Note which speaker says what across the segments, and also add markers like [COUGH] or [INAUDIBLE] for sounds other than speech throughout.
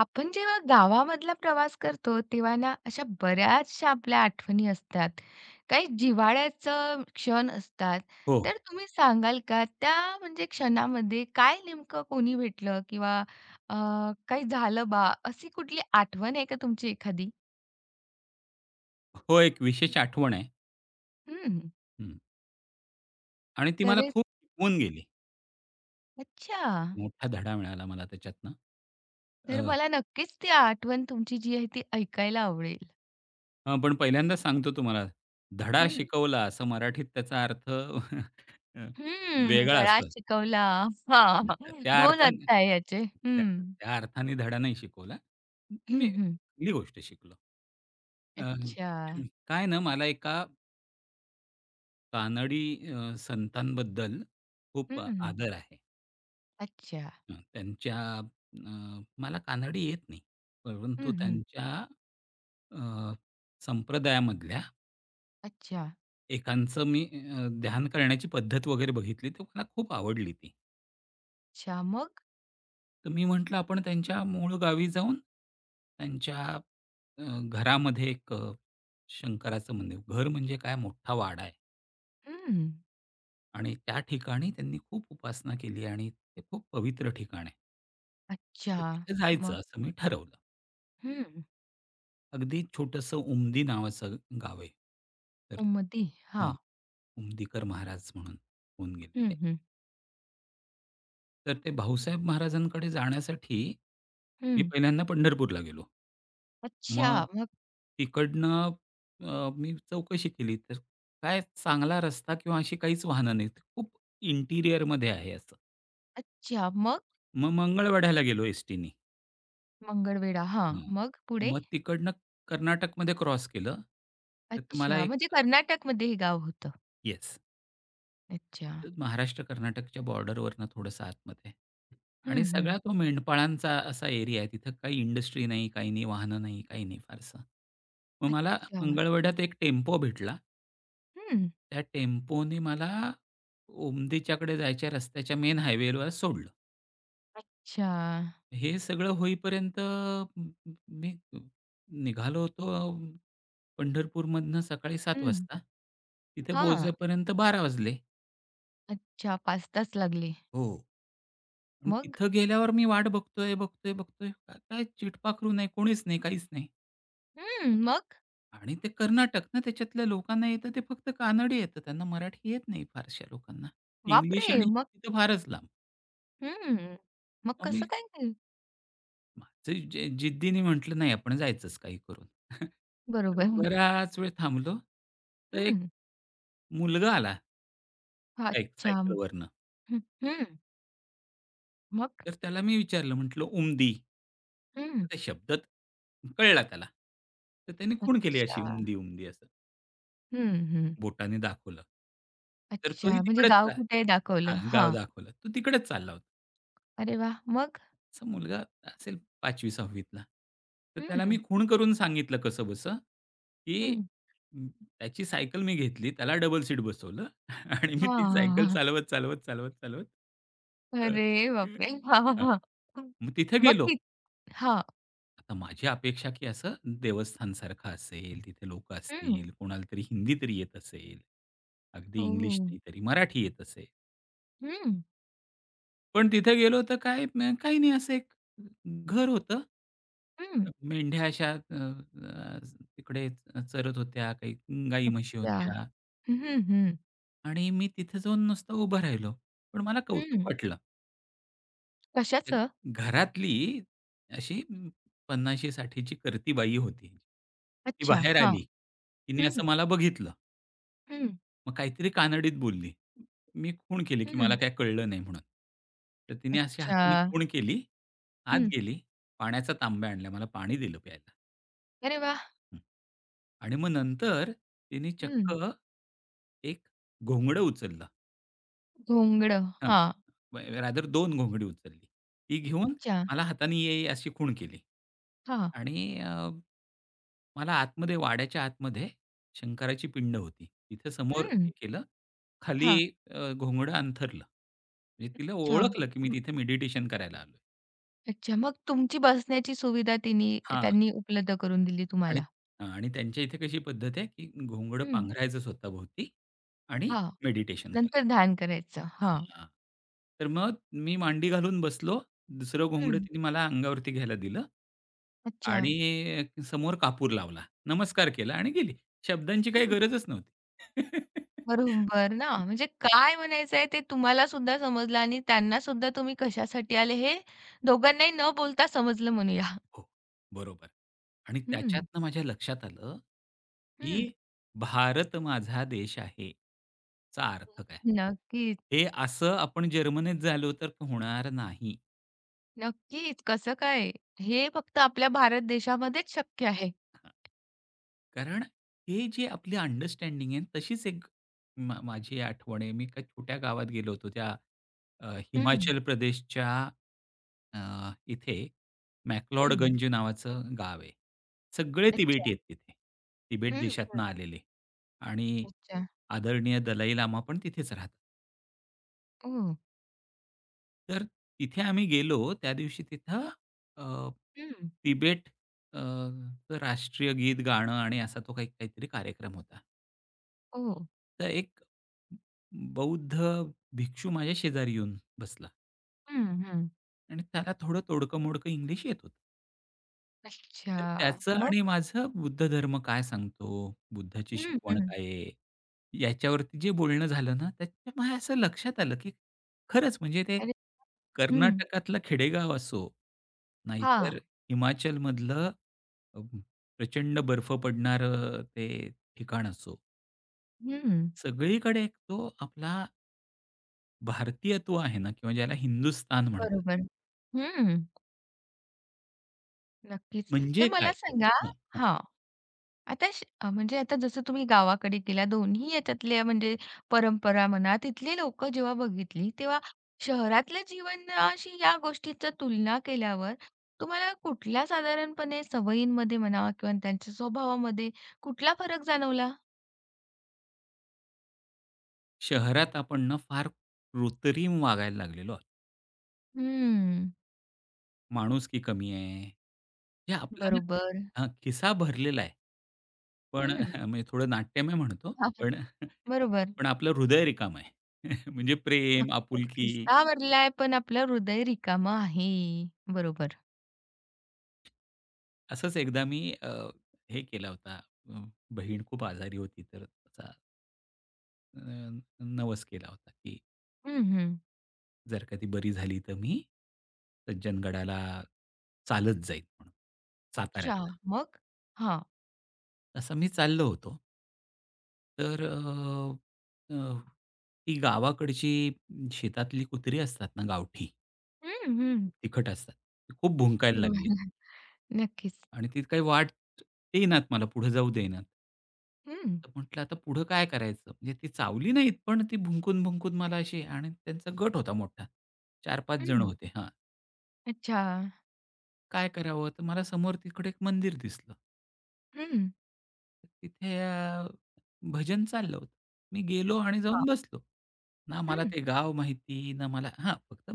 Speaker 1: आपण जेव्हा गावामधला प्रवास करतो, तेव्हा ना अशा बऱ्याचशा आपल्या आठवणी असतात. काही जिव्हाळ्याचं क्षण असतात.
Speaker 2: हो.
Speaker 1: तर तुम्ही सांगाल का त्या म्हणजे क्षणामध्ये काय नेमकं कोणी भेटलं किंवा अ, काही झालं बा, अशी कुठली आठवण आहे का तुमची एखादी?
Speaker 2: हो, एक विशेष आठवण आहे.
Speaker 1: हं.
Speaker 2: हं. आणि ती
Speaker 1: तर
Speaker 2: मला खूप शिकवून गेली.
Speaker 1: अच्छा.
Speaker 2: मोठा धडा मिळाला मला त्याच्यातनं. अ,
Speaker 1: तर मला नक्कीच ती आठवण तुमची जी आहे ती ऐकायला आवडेल.
Speaker 2: हां, पण पहिल्यांदाच सांगतो तुम्हाला, धडा
Speaker 1: हं.
Speaker 2: शिकवला असं मराठीत त्याचा अर्थ [LAUGHS] अ,
Speaker 1: हं.
Speaker 2: वेगळा
Speaker 1: धडा
Speaker 2: असतो.
Speaker 1: शिकवला. हां.
Speaker 2: त्या
Speaker 1: 2 अर्थ
Speaker 2: अर्थाने
Speaker 1: आहे याचे.
Speaker 2: त्या
Speaker 1: हं.
Speaker 2: त्या अर्थाने धडा नाही शिकवला. मी
Speaker 1: हं, हं.
Speaker 2: चांगली गोष्ट शिकलो. अ,
Speaker 1: अच्छा.
Speaker 2: काय ना मला एका कानडी संतांबद्दल खूप
Speaker 1: हं.
Speaker 2: आदर आहे.
Speaker 1: अच्छा.
Speaker 2: हं, त्यांच्या मला कानडी येत नाही.
Speaker 1: हं,
Speaker 2: परंतु
Speaker 1: हं.
Speaker 2: त्यांच्या अ, संप्रदायामधल्या
Speaker 1: अच्छा.
Speaker 2: एकांचं मी ध्यान करण्याची पद्धत वगैरे बघितली, तर मला खूप आवडली ती.
Speaker 1: अच्छा. मग?
Speaker 2: तर मी म्हटलं आपण त्यांच्या मूळ गावी जाऊन त्यांच्या अ, घरामध्ये एक शंकराचं मंदिर घर म्हणजे काय मोठा वाडा आहे
Speaker 1: हं.
Speaker 2: आणि त्या ठिकाणी त्यांनी खूप उपासना केली आणि ते खूप पवित्र ठिकाण आहे.
Speaker 1: अच्छा.
Speaker 2: तर तिथे जायचं
Speaker 1: मग?
Speaker 2: असं मी ठरवलं.
Speaker 1: हं.
Speaker 2: अगदी छोटंसं उमदी नावाचं गाव आहे. तर
Speaker 1: कुमुदी.
Speaker 2: हां,
Speaker 1: हां.
Speaker 2: उमदीकर महाराज म्हणून होऊन गेले ते.
Speaker 1: हं, हं.
Speaker 2: तर ते भाऊसाहेब महाराजांकडे जाण्यासाठी मी
Speaker 1: हं.
Speaker 2: पहिल्यांदा पंढरपूरला गेलो.
Speaker 1: अच्छा.
Speaker 2: मग
Speaker 1: मग
Speaker 2: तिकडनं मी चौकशी केली, तर काय चांगला रस्ता किंवा अशी काहीच वाहनं नाहीत. खूप इंटिरियरमध्ये आहे असं.
Speaker 1: अच्छा. मग?
Speaker 2: मग मंगळवेढ्याला गेलो एसटीनी.
Speaker 1: मंगळवेढा. हां.
Speaker 2: हां.
Speaker 1: मग पुढे?
Speaker 2: मग तिकडनं कर्नाटकमध्ये क्रॉस केलं. तर ते मला
Speaker 1: अच्छा.
Speaker 2: एक
Speaker 1: म्हणजे कर्नाटकमध्ये हे गाव होतं.
Speaker 2: येस.
Speaker 1: अच्छा.
Speaker 2: महाराष्ट्र कर्नाटकच्या बॉर्डरवरनं थोडंसं आतमध्ये आणि
Speaker 1: हं,
Speaker 2: हं.
Speaker 1: हं.
Speaker 2: सगळा तो मेंढपाळांचा असा एरिया आहे. तिथं काही इंडस्ट्री नाही, काही नाही, वाहनं नाही, काही नाही फारसं. मग मला
Speaker 1: अच्छा.
Speaker 2: मंगळवेढ्यात एक टेम्पो भेटला.
Speaker 1: हं.
Speaker 2: त्या टेम्पोने मला उमदीच्याकडे जायच्या रस्त्याच्या मेन हायवेवर सोडलं.
Speaker 1: अच्छा.
Speaker 2: हे सगळं होईपर्यंत मी निघालो होतो पंढरपूरमधनं सकाळी 7
Speaker 1: हं.
Speaker 2: वाजता. तिथे
Speaker 1: हां.
Speaker 2: पोहोचेपर्यंत 12 वाजले.
Speaker 1: अच्छा. 5 तास लागले.
Speaker 2: हो. पण
Speaker 1: मग?
Speaker 2: तिथं गेल्यावर मी वाट बघतोय, बघतोय, बघतोय. का काय चिटपाखरू नाही, कोणीच नाही, काहीच नाही.
Speaker 1: हं. मग?
Speaker 2: आणि ते कर्नाटक ना, त्याच्यातल्या लोकांना येतं ते फक्त कानडी येतं. त्यांना मराठी येत नाही फारशा लोकांना. इंग्लिश
Speaker 1: बापरे!
Speaker 2: आणि
Speaker 1: मग?
Speaker 2: हिंदी तर फारच लांब.
Speaker 1: हं. मग
Speaker 2: मग
Speaker 1: कसं
Speaker 2: मी
Speaker 1: काय?
Speaker 2: माझं जे जिद्दीने म्हटलं, "नाही, आपण जायचंच काही करून." [LAUGHS] तर मी
Speaker 1: बरोबर.
Speaker 2: बराच वेळ थांबलो. तर एक
Speaker 1: हं.
Speaker 2: मुलगा आला
Speaker 1: अच्छा.
Speaker 2: सायकलवरनं.
Speaker 1: हं, हं. मग?
Speaker 2: तर त्याला मी विचारलं, म्हटलं, "उमदी." तर
Speaker 1: हं.
Speaker 2: त्या शब्दात कळला त्याला. तर त्याने खूण केली अशी
Speaker 1: अच्छा.
Speaker 2: उमदी, उमदी असं.
Speaker 1: हं, हं.
Speaker 2: बोटाने दाखवलं. तर तोही
Speaker 1: अच्छा. म्हणजे
Speaker 2: तिकडेच
Speaker 1: गाव
Speaker 2: आहे.
Speaker 1: कुठे आहे दाखवलं.
Speaker 2: हां, गाव
Speaker 1: हां.
Speaker 2: दाखवलं. तो तिकडेच चालला होता.
Speaker 1: अरे वाह! मग?
Speaker 2: असा मुलगा असेल 5वी-6वी तर त्याला मी
Speaker 1: हं,
Speaker 2: खूण करून सांगितलं कसंबसं, की
Speaker 1: हं.
Speaker 2: अं, त्याची सायकल मी घेतली, त्याला डबल सीट बसवलं [LAUGHS] आणि मी ती सायकल
Speaker 1: हां.
Speaker 2: चालवत, चालवत, चालवत, चालवत अ,
Speaker 1: अरे बापरे! [LAUGHS] हां, हां,
Speaker 2: हां,
Speaker 1: हां.
Speaker 2: मग तिथे
Speaker 1: मग
Speaker 2: गेलो.
Speaker 1: ती हां.
Speaker 2: आता माझी अपेक्षा की असं देवस्थानसारखं असेल, तिथे लोकं असतील,
Speaker 1: हं.
Speaker 2: कोणाला तरी हिंदी तरी येत असेल, अगदी इंग्लिश
Speaker 1: ओह!
Speaker 2: नाही तरी मराठी येत असेल.
Speaker 1: हं,
Speaker 2: पण तिथे गेलो तर काय काही नाही असं एक घर होतं.
Speaker 1: हं.
Speaker 2: मेंढ्या अशा अ, अ, तिकडे चरत होत्या, काही गाई म्हशी
Speaker 1: अच्छा.
Speaker 2: होत्या
Speaker 1: हं, हं, हं.
Speaker 2: आणि मी तिथे जाऊन नुसतं उभं राहिलो. पण मला कौतुक वाटलं. त्या
Speaker 1: कशाचं?
Speaker 2: घरातली अशी 50शी 60ची करती बाई होती. ती
Speaker 1: अच्छा.
Speaker 2: बाहेर
Speaker 1: हां.
Speaker 2: आली. तिने असं
Speaker 1: हं,
Speaker 2: मला बघितलं.
Speaker 1: हं,
Speaker 2: मग काहीतरी कानडीत बोलली. मी खूण केली, की
Speaker 1: हं.
Speaker 2: मला काही कळलं नाही म्हणून. तर तिने अशी
Speaker 1: अच्छा.
Speaker 2: हाताने खूण केली, आत
Speaker 1: हं.
Speaker 2: गेली, पाण्याचा तांब्या आणला, मला पाणी दिलं प्यायला.
Speaker 1: अरे वाह!
Speaker 2: हं. आणि मग नंतर तिने चक्क
Speaker 1: हं.
Speaker 2: एक घोंगडं उचललं.
Speaker 1: घोंगडं.
Speaker 2: हां,
Speaker 1: हां.
Speaker 2: रादर 2 घोंगडी उचलली. ती घेऊन
Speaker 1: अच्छा.
Speaker 2: मला हाताने "ये, ये" अशी खूण केली.
Speaker 1: हां.
Speaker 2: आणि मला आतमध्ये वाड्याच्या आतमध्ये शंकराची पिंड होती. तिथे समोर
Speaker 1: हं.
Speaker 2: हे केलं खाली
Speaker 1: हां.
Speaker 2: घोंगडं अंथरलं. म्हणजे तिला
Speaker 1: अच्छा.
Speaker 2: ओळखलं, की मी
Speaker 1: हं.
Speaker 2: तिथे मेडिटेशन करायला आलोय.
Speaker 1: अच्छा. मग तुमची बसण्याची सुविधा तिनी
Speaker 2: हां.
Speaker 1: त्यांनी उपलब्ध करून दिली
Speaker 2: आणि
Speaker 1: तुम्हाला.
Speaker 2: हां, आणि त्यांच्या इथे कशी पद्धत आहे, की घोंगडं
Speaker 1: हं.
Speaker 2: पांघरायचं स्वतःभोवती आणि
Speaker 1: हां.
Speaker 2: मेडिटेशन करायचं.
Speaker 1: नंतर ध्यान करायचं. हां.
Speaker 2: हां. तर मग मी मांडी घालून बसलो. दुसरं घोंगडं
Speaker 1: हं.
Speaker 2: तिने मला अंगावरती घ्यायला दिलं
Speaker 1: अच्छा.
Speaker 2: आणि समोर कापूर लावला. नमस्कार केला आणि गेली. शब्दांची काही
Speaker 1: हं.
Speaker 2: गरजच नव्हती. [LAUGHS]
Speaker 1: बरोबर ना. म्हणजे काय म्हणायचं आहे ते तुम्हाला सुद्धा समजलं आणि त्यांना सुद्धा तुम्ही कशासाठी आले हे दोघांनाही न बोलता समजलं म्हणूया.
Speaker 2: हो, बरोबर. आणि
Speaker 1: हं.
Speaker 2: त्याच्यातनं माझ्या लक्षात आलं,
Speaker 1: हं.
Speaker 2: की भारत माझा देश आहे, चा अर्थ काय?
Speaker 1: नक्कीच,
Speaker 2: हे असं आपण जर्मनीत झालो तर होणार नाही.
Speaker 1: नक्कीच. कसं काय? हे फक्त आपल्या भारत देशामध्येच शक्य आहे.
Speaker 2: कारण हे जे आपली अंडरस्टँडिंग आहे तशीच एक माझी आठवण आहे. मी एका छोट्या गावात गेलो होतो त्या अ,
Speaker 1: हं.
Speaker 2: हिमाचल प्रदेशच्या इथे
Speaker 1: हं.
Speaker 2: मॅक्लॉडगंज नावाचं गाव आहे. सगळे बरं.
Speaker 1: अच्छा.
Speaker 2: तिबेटी आहेत तिथे. तिबेट
Speaker 1: हं,
Speaker 2: देशातनं आलेले आणि
Speaker 1: अच्छा.
Speaker 2: आदरणीय दलाई लामा पण तिथेच राहतात.
Speaker 1: ओह!
Speaker 2: तर तिथे आम्ही गेलो त्या दिवशी तिथं
Speaker 1: हं,
Speaker 2: अ,
Speaker 1: हं.
Speaker 2: तिबेट अ, चं राष्ट्रीय गीत गाणं आणि असा तो काही काहीतरी कार्यक्रम होता. तर एक बौद्ध भिक्षू माझ्या शेजारी येऊन बसला
Speaker 1: हं, हं.
Speaker 2: आणि त्याला थोडं तोडकं-मोडकं इंग्लिश येत होतं.
Speaker 1: अच्छा.
Speaker 2: तर त्याचं
Speaker 1: मग?
Speaker 2: आणि माझं बुद्ध धर्म काय सांगतो, बुद्धाची
Speaker 1: हं,
Speaker 2: शिकवण
Speaker 1: हं.
Speaker 2: काय आहे, याच्यावरती जे बोलणं झालं ना, त्याच्या माझ्या असं लक्षात आलं, की खरंच म्हणजे ते
Speaker 1: अरे हं.
Speaker 2: कर्नाटकातलं खेडेगाव असो,
Speaker 1: हां.
Speaker 2: नाहीतर हिमाचलमधलं अ, प्रचंड बर्फ पडणारं ते ठिकाण असो,
Speaker 1: हं.
Speaker 2: सगळीकडे एक तो आपला भारतीयत्व आहे ना किंवा ज्याला हिंदुस्तान म्हणतात.
Speaker 1: बरोबर. हं. नक्कीच. तर
Speaker 2: म्हणजे काय?
Speaker 1: मला सांगा
Speaker 2: हां, हां.
Speaker 1: हां. आता म्हणजे आता जसं तुम्ही गावाकडे गेला, दोन्ही याच्यातल्या म्हणजे परंपरा म्हणा, तिथली लोकं जेव्हा बघितली, तेव्हा शहरातल्या जीवनाशी या गोष्टीचा तुलना केल्यावर तुम्हाला कुठल्या साधारणपणे सवयींमध्ये म्हणा किंवा त्यांच्या स्वभावामध्ये कुठला फरक जाणवला?
Speaker 2: शहरात आपण ना फार कृत्रिम वागायला लागलेलो आहोत.
Speaker 1: हम्म.
Speaker 2: माणूस की कमी आहे. हे आपला
Speaker 1: बरोबर.
Speaker 2: ना खिसा भरलेला आहे. पण
Speaker 1: हं.
Speaker 2: [LAUGHS] म्हणजे थोडं नाट्यमय म्हणतो. पण [LAUGHS]
Speaker 1: [LAUGHS] बरोबर.
Speaker 2: पण आपलं हृदय रिकामं आहे. [LAUGHS] म्हणजे प्रेम,
Speaker 1: नक्कीच
Speaker 2: आपुलकी
Speaker 1: खिस्सा भरलाय, पण आपलं हृदय रिकामं आहे. बरोबर.
Speaker 2: असंच एकदा मी हे केला होता. अ, बहीण खूप आजारी होती तर त्याचा अ, नवस केला होता की
Speaker 1: हं, हं.
Speaker 2: जर का ती बरी झाली तर मी सज्जनगडाला चालत जाईन म्हणून
Speaker 1: अच्छा.
Speaker 2: साताऱ्यातनं.
Speaker 1: मग? हां.
Speaker 2: तसं मी चाललो होतो. तर अ, अ, ती गावाकडची शेतातली कुत्री असतात ना गावठी,
Speaker 1: हं, हं.
Speaker 2: तिखट असतात. ती खूप भुंकायला लागली
Speaker 1: बरोबर. [LAUGHS] नक्कीच.
Speaker 2: आणि ती काही वाट देईनात मला, पुढे जाऊ देईनात.
Speaker 1: हं,
Speaker 2: तर म्हटलं आता पुढं काय करायचं? म्हणजे ती चावली नाहीत, पण ती भुंकून-भुंकून मला अशी आणि त्यांचा गट होता मोठा. 4-5 जण
Speaker 1: हं.
Speaker 2: होते. हां.
Speaker 1: अच्छा.
Speaker 2: काय करावं? तर मला समोर तिकडे एक मंदिर दिसलं.
Speaker 1: हं.
Speaker 2: तिथे भजन चाललं होतं. मी गेलो आणि जाऊन
Speaker 1: हां.
Speaker 2: बसलो. ना मला
Speaker 1: हं.
Speaker 2: ते गाव माहिती, ना मला हां, फक्त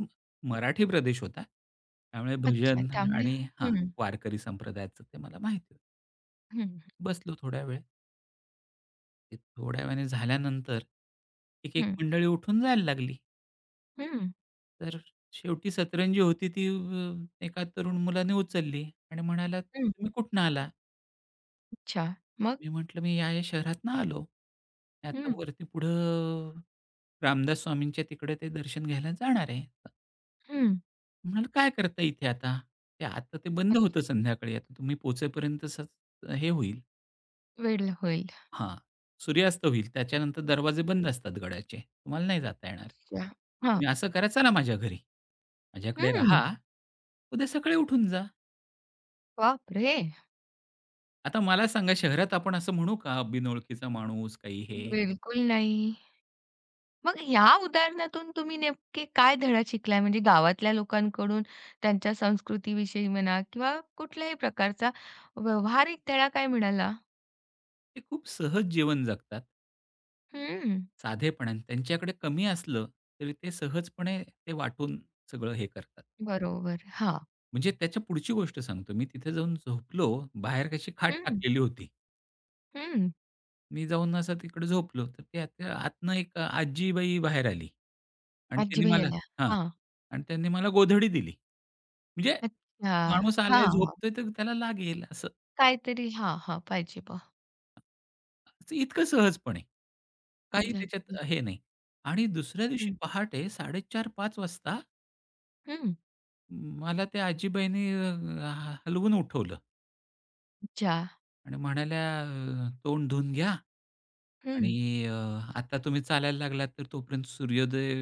Speaker 2: मराठी प्रदेश होता. त्यामुळे भजन
Speaker 1: अच्छा. त्यामुळे
Speaker 2: आणि हां,
Speaker 1: हं,
Speaker 2: वारकरी संप्रदायाचं ते मला माहिती होतं.
Speaker 1: हं,
Speaker 2: बसलो थोड्या वेळ. ते थोड्या वेळाने झाल्यानंतर एक-एक
Speaker 1: हं,
Speaker 2: मंडळी उठून जायला लागली.
Speaker 1: हं,
Speaker 2: तर शेवटी सतरंजी होती ती एका तरुण मुलाने उचलली आणि म्हणाला,
Speaker 1: हं.
Speaker 2: "तुम्ही कुठनं आला?"
Speaker 1: अच्छा. मग?
Speaker 2: मी म्हटलं, "मी या-या शहरातनं आलो. आता
Speaker 1: हं,
Speaker 2: वरती पुढं रामदास स्वामींच्या तिकडे ते दर्शन घ्यायला जाणार आहे."
Speaker 1: हं.
Speaker 2: म्हणाले, "काय करता इथे आता? ते आता ते बंद होतं
Speaker 1: अच्छा.
Speaker 2: संध्याकाळी. आता तुम्ही पोहोचेपर्यंतच हे होईल."
Speaker 1: वेळ होईल.
Speaker 2: हां, सूर्यास्त होईल. त्याच्यानंतर दरवाजे बंद असतात गडाचे. तुम्हाला नाही जाता येणार.
Speaker 1: अच्छा. हां.
Speaker 2: तुम्ही असं करा, चला माझ्या घरी. माझ्याकडे
Speaker 1: हं.
Speaker 2: राहा. उद्या सकाळी उठून जा.
Speaker 1: बापरे!
Speaker 2: आता मला सांगा, शहरात आपण असं म्हणू का बिनओळखीचा माणूस, काही हे.
Speaker 1: बिलकुल नाही. मग ह्या उदाहरणातून तुम्ही नेमके काय धडा शिकलाय? म्हणजे गावातल्या लोकांकडून त्यांच्या संस्कृतीविषयी म्हणा किंवा कुठल्याही प्रकारचा व्यावहारिक धडा काय मिळाला?
Speaker 2: ते खूप सहज जीवन जगतात.
Speaker 1: हं,
Speaker 2: साधेपणाने त्यांच्याकडे कमी असलं, तरी ते सहजपणे ते वाटून सगळं हे करतात.
Speaker 1: बरोबर. हां.
Speaker 2: म्हणजे त्याच्या पुढची गोष्ट सांगतो मी. तिथे जाऊन झोपलो, बाहेर कशी खाट
Speaker 1: हं,
Speaker 2: टाकलेली होती.
Speaker 1: हं.
Speaker 2: मी जाऊन असं तिकडे झोपलो, तर ते त्या आतनं एक आजीबाई बाहेर आली आणि त्यांनी मला
Speaker 1: आजी-भैय्याला.
Speaker 2: हां.
Speaker 1: हां.
Speaker 2: आणि त्यांनी मला गोधडी दिली. म्हणजे
Speaker 1: अच्छा.
Speaker 2: माणूस आलाय,
Speaker 1: हां, हां.
Speaker 2: झोपतोय तर त्याला लागेल असं.
Speaker 1: काहीतरी हां, हां. पाहिजे बा.
Speaker 2: असं इतकं सहजपणे. काही
Speaker 1: नक्कीच.
Speaker 2: त्याच्यात हे नाही. आणि दुसऱ्या दिवशी
Speaker 1: हं,
Speaker 2: पहाटे 4:30-5 वाजता
Speaker 1: हं.
Speaker 2: मला त्या आजीबाईंनी हलवून उठवलं
Speaker 1: अच्छा.
Speaker 2: आणि म्हणाल्या, तोंड धुवून घ्या आणि
Speaker 1: हं.
Speaker 2: आता तुम्ही चालायला लागलात तर तोपर्यंत सूर्योदय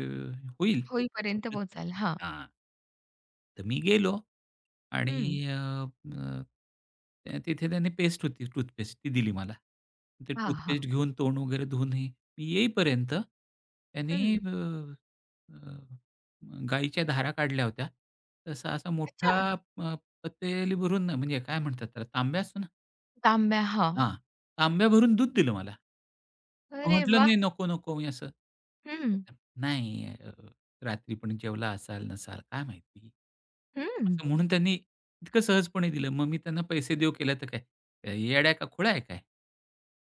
Speaker 2: होईल
Speaker 1: होईपर्यंत
Speaker 2: तोपर्यंत"
Speaker 1: पोहोचाल. हां.
Speaker 2: हां. तर मी गेलो. आणि
Speaker 1: हं.
Speaker 2: अ, अ, त्या तिथे त्यांनी पेस्ट होती टूथपेस्ट ती दिली मला. ते
Speaker 1: हां, हां.
Speaker 2: टूथपेस्ट घेऊन तोंड वगैरे धुवून हे मी येईपर्यंत त्यांनी
Speaker 1: हं.
Speaker 2: अ, अ, गाईच्या धारा काढल्या होत्या. तसा असा
Speaker 1: अच्छा.
Speaker 2: मोठा पतेली भरून म्हणजे काय म्हणतात त्याला तांब्या असतो ना?
Speaker 1: तांब्या. हां.
Speaker 2: हां, तांब्या भरून दूध दिलं मला.
Speaker 1: अरे
Speaker 2: म्हटलं,
Speaker 1: वाह!
Speaker 2: "नाही, नको, नको." मी असं.
Speaker 1: हं,
Speaker 2: "नाही, रात्री पण जेवला असाल, नसाल काय माहिती?"
Speaker 1: हं.
Speaker 2: असं म्हणून त्यांनी इतकं सहजपणे दिलं. मग मी त्यांना पैसे देऊ केले तर काय? काय येड्या का खुळा आहे काय?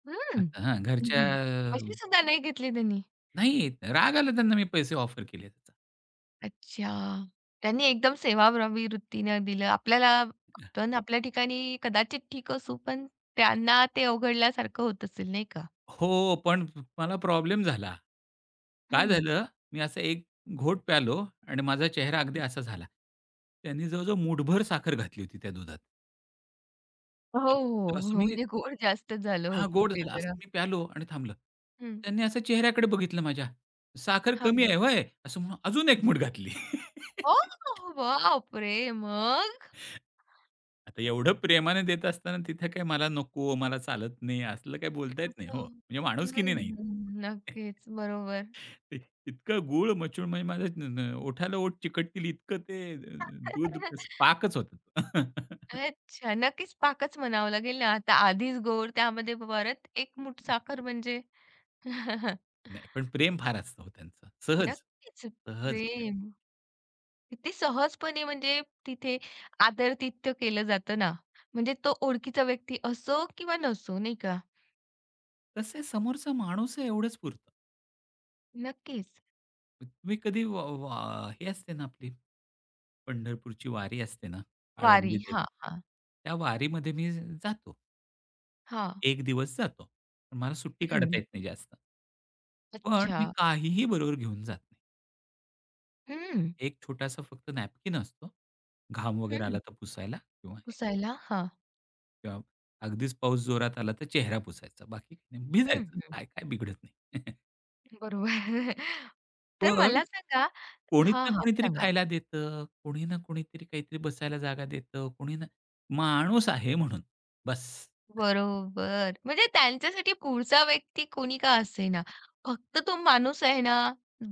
Speaker 1: हं.
Speaker 2: आता हां,
Speaker 1: हं,
Speaker 2: घरच्या
Speaker 1: हं. अशी सुद्धा नाही घेतली त्यांनी?
Speaker 2: नाही राग आला त्यांना मी पैसे ऑफर केले त्याचा.
Speaker 1: अच्छा. त्यांनी एकदम सेवाभावी वृत्तीनं दिलं. आपल्याला आपण आपल्या ठिकाणी कदाचित ठीक असू, पण त्यांना ते अवघडल्यासारखं होत असेल नाही का?
Speaker 2: हो, पण मला प्रॉब्लेम झाला. काय
Speaker 1: हं.
Speaker 2: झालं? मी असा एक घोट प्यालो आणि माझा चेहरा अगदी
Speaker 1: हं.
Speaker 2: असा झाला. त्यांनी जवळ-जवळ मूठभर साखर घातली होती त्या दुधात.
Speaker 1: हो, हो,
Speaker 2: तर असं
Speaker 1: हो.
Speaker 2: मी
Speaker 1: म्हणजे गोड जास्त झालं
Speaker 2: हां,
Speaker 1: होतं
Speaker 2: गोड
Speaker 1: ते
Speaker 2: झाला.
Speaker 1: जरा.
Speaker 2: असं मी प्यालो आणि थांबलं.
Speaker 1: हं.
Speaker 2: त्यांनी असं चेहऱ्याकडे बघितलं माझ्या. साखर कमी
Speaker 1: हां.
Speaker 2: आहे होय? असं म्हणून अजून एक मूठ घातली.
Speaker 1: हो, हो. बापरे! मग?
Speaker 2: आता एवढं प्रेमाने देत असताना तिथं काय मला नको, मला चालत नाही, असलं काही बोलता येत नाही हो.
Speaker 1: असं.
Speaker 2: म्हणजे
Speaker 1: हं, हं.
Speaker 2: माणुसकीने नाही. [LAUGHS]
Speaker 1: नक्कीच. बरोबर.
Speaker 2: ते इतकं गूळ मचूळ म्हणजे माझ्या न न ओठाला ओठ चिकटतील इतकं ते दूध
Speaker 1: [LAUGHS]
Speaker 2: पाकच होतं. [LAUGHS]
Speaker 1: अच्छा. नक्कीच पाकच म्हणावं लागेल ना आता. आधीच गोड, त्यामध्ये परत 1 मूठ साखर म्हणजे [LAUGHS]
Speaker 2: नाही, पण प्रेम फार असतं हो त्यांचं. सहज,
Speaker 1: नक्कीच.
Speaker 2: सहज.
Speaker 1: प्रेम किती सहजपणे म्हणजे तिथे आदरातिथ्य केलं जातं ना. म्हणजे तो ओळखीचा व्यक्ती असो किंवा नसो, नाही का?
Speaker 2: कसं आहे समोरचा माणूस आहे एवढंच पुरतं.
Speaker 1: नक्कीच.
Speaker 2: तुम्ही कधी वा वा हे असते ना आपली पंढरपूरची वारी असते ना,
Speaker 1: वारी.
Speaker 2: आळंदी ते.
Speaker 1: हां, हां.
Speaker 2: त्या वारीमध्ये मी जातो.
Speaker 1: हां.
Speaker 2: एक दिवस जातो. पण मला सुट्टी काढता
Speaker 1: हं.
Speaker 2: येत नाही जास्त. पण मी
Speaker 1: अच्छा.
Speaker 2: काहीही बरोबर घेऊन जात नाही.
Speaker 1: हं.
Speaker 2: एक छोटासा फक्त नॅपकिन असतो. घाम वगैरे
Speaker 1: हं.
Speaker 2: आला तर पुसायला किंवा
Speaker 1: पुसायला. हां.
Speaker 2: किंवा अगदीच पाऊस जोरात आला तर चेहरा पुसायचा. बाकी काही नाही.
Speaker 1: हं,
Speaker 2: भिजायचं.
Speaker 1: हं.
Speaker 2: काय, काय बिघडत नाही. [LAUGHS]
Speaker 1: बरोबर. [LAUGHS] तर
Speaker 2: पण
Speaker 1: मला सांगा
Speaker 2: कोणी ना
Speaker 1: हां, हां.
Speaker 2: कोणीतरी
Speaker 1: सांगा.
Speaker 2: खायला देतं, कोणी ना कोणीतरी काहीतरी बसायला जागा देतं, कोणी ना माणूस आहे म्हणून. बस,
Speaker 1: बरोबर. म्हणजे त्यांच्यासाठी पुढचा व्यक्ती कोणी का असेना, फक्त तो माणूस आहे ना,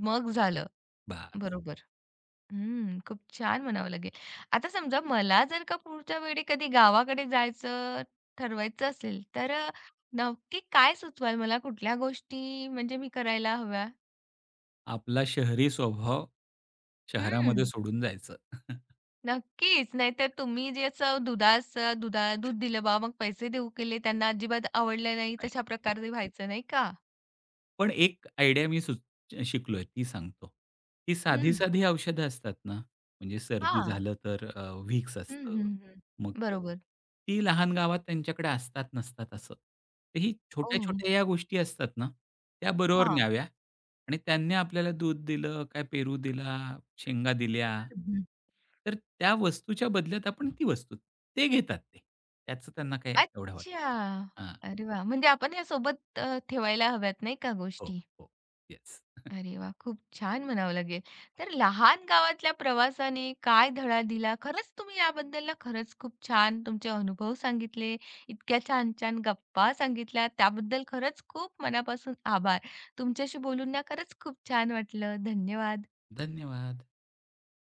Speaker 1: मग झालं.
Speaker 2: बास.
Speaker 1: बरोबर. हं, खूप छान म्हणावं लागेल. आता समजा मला जर का पुढच्या वेळी कधी गावाकडे जायचं ठरवायचं असेल, तर नक्की काय सुचवाल मला? कुठल्या गोष्टी म्हणजे मी करायला हव्या?
Speaker 2: आपला शहरी स्वभाव
Speaker 1: हं,
Speaker 2: शहरामध्ये सोडून जायचं. [LAUGHS]
Speaker 1: नक्कीच. नाहीतर तुम्ही जे असं दुधाचं दूध दिलं बा, मग पैसे देऊ केले, त्यांना अजिबात आवडलं नाही, तशा
Speaker 2: नाही.
Speaker 1: प्रकारे व्हायचं नाही का?
Speaker 2: पण एक आयडिया मी शिकलोय ती सांगतो. ती
Speaker 1: हं,
Speaker 2: साधी-साधी औषधं असतात ना, म्हणजे सर्दी
Speaker 1: हां.
Speaker 2: झालं तर व्हिक्स
Speaker 1: हं,
Speaker 2: असतं.
Speaker 1: हं, हं.
Speaker 2: मग हे
Speaker 1: बरोबर.
Speaker 2: ती लहान गावात त्यांच्याकडे असतात नसतात असं. तर ही
Speaker 1: ओह!
Speaker 2: छोट्या-छोट्या या गोष्टी असतात ना, त्या बरोबर
Speaker 1: हां.
Speaker 2: न्याव्या आणि त्यांनी आपल्याला दूध दिलं, काय पेरू दिला, शेंगा दिल्या.
Speaker 1: हं, हं.
Speaker 2: तर त्या वस्तूच्या बदल्यात आपण ती वस्तू ते घेतात ते. त्याचं त्यांना काय एवढं वाटत
Speaker 1: अच्छा.
Speaker 2: हां.
Speaker 1: अरे वाह! म्हणजे आपण या सोबत ठेवायला हव्यात नाही का
Speaker 2: हो,
Speaker 1: गोष्टी.
Speaker 2: हो. येस. [LAUGHS]
Speaker 1: अरे वाह! खूप छान म्हणावं लागेल. तर लहान गावातल्या प्रवासाने काय धडा दिला? खरंच तुम्ही याबद्दल ना खरंच खूप छान तुमचे अनुभव सांगितले. इतक्या छान-छान गप्पा सांगितल्या. त्याबद्दल खरंच खूप मनापासून आभार. तुमच्याशी बोलून ना खरंच खूप छान वाटलं. धन्यवाद.
Speaker 2: धन्यवाद.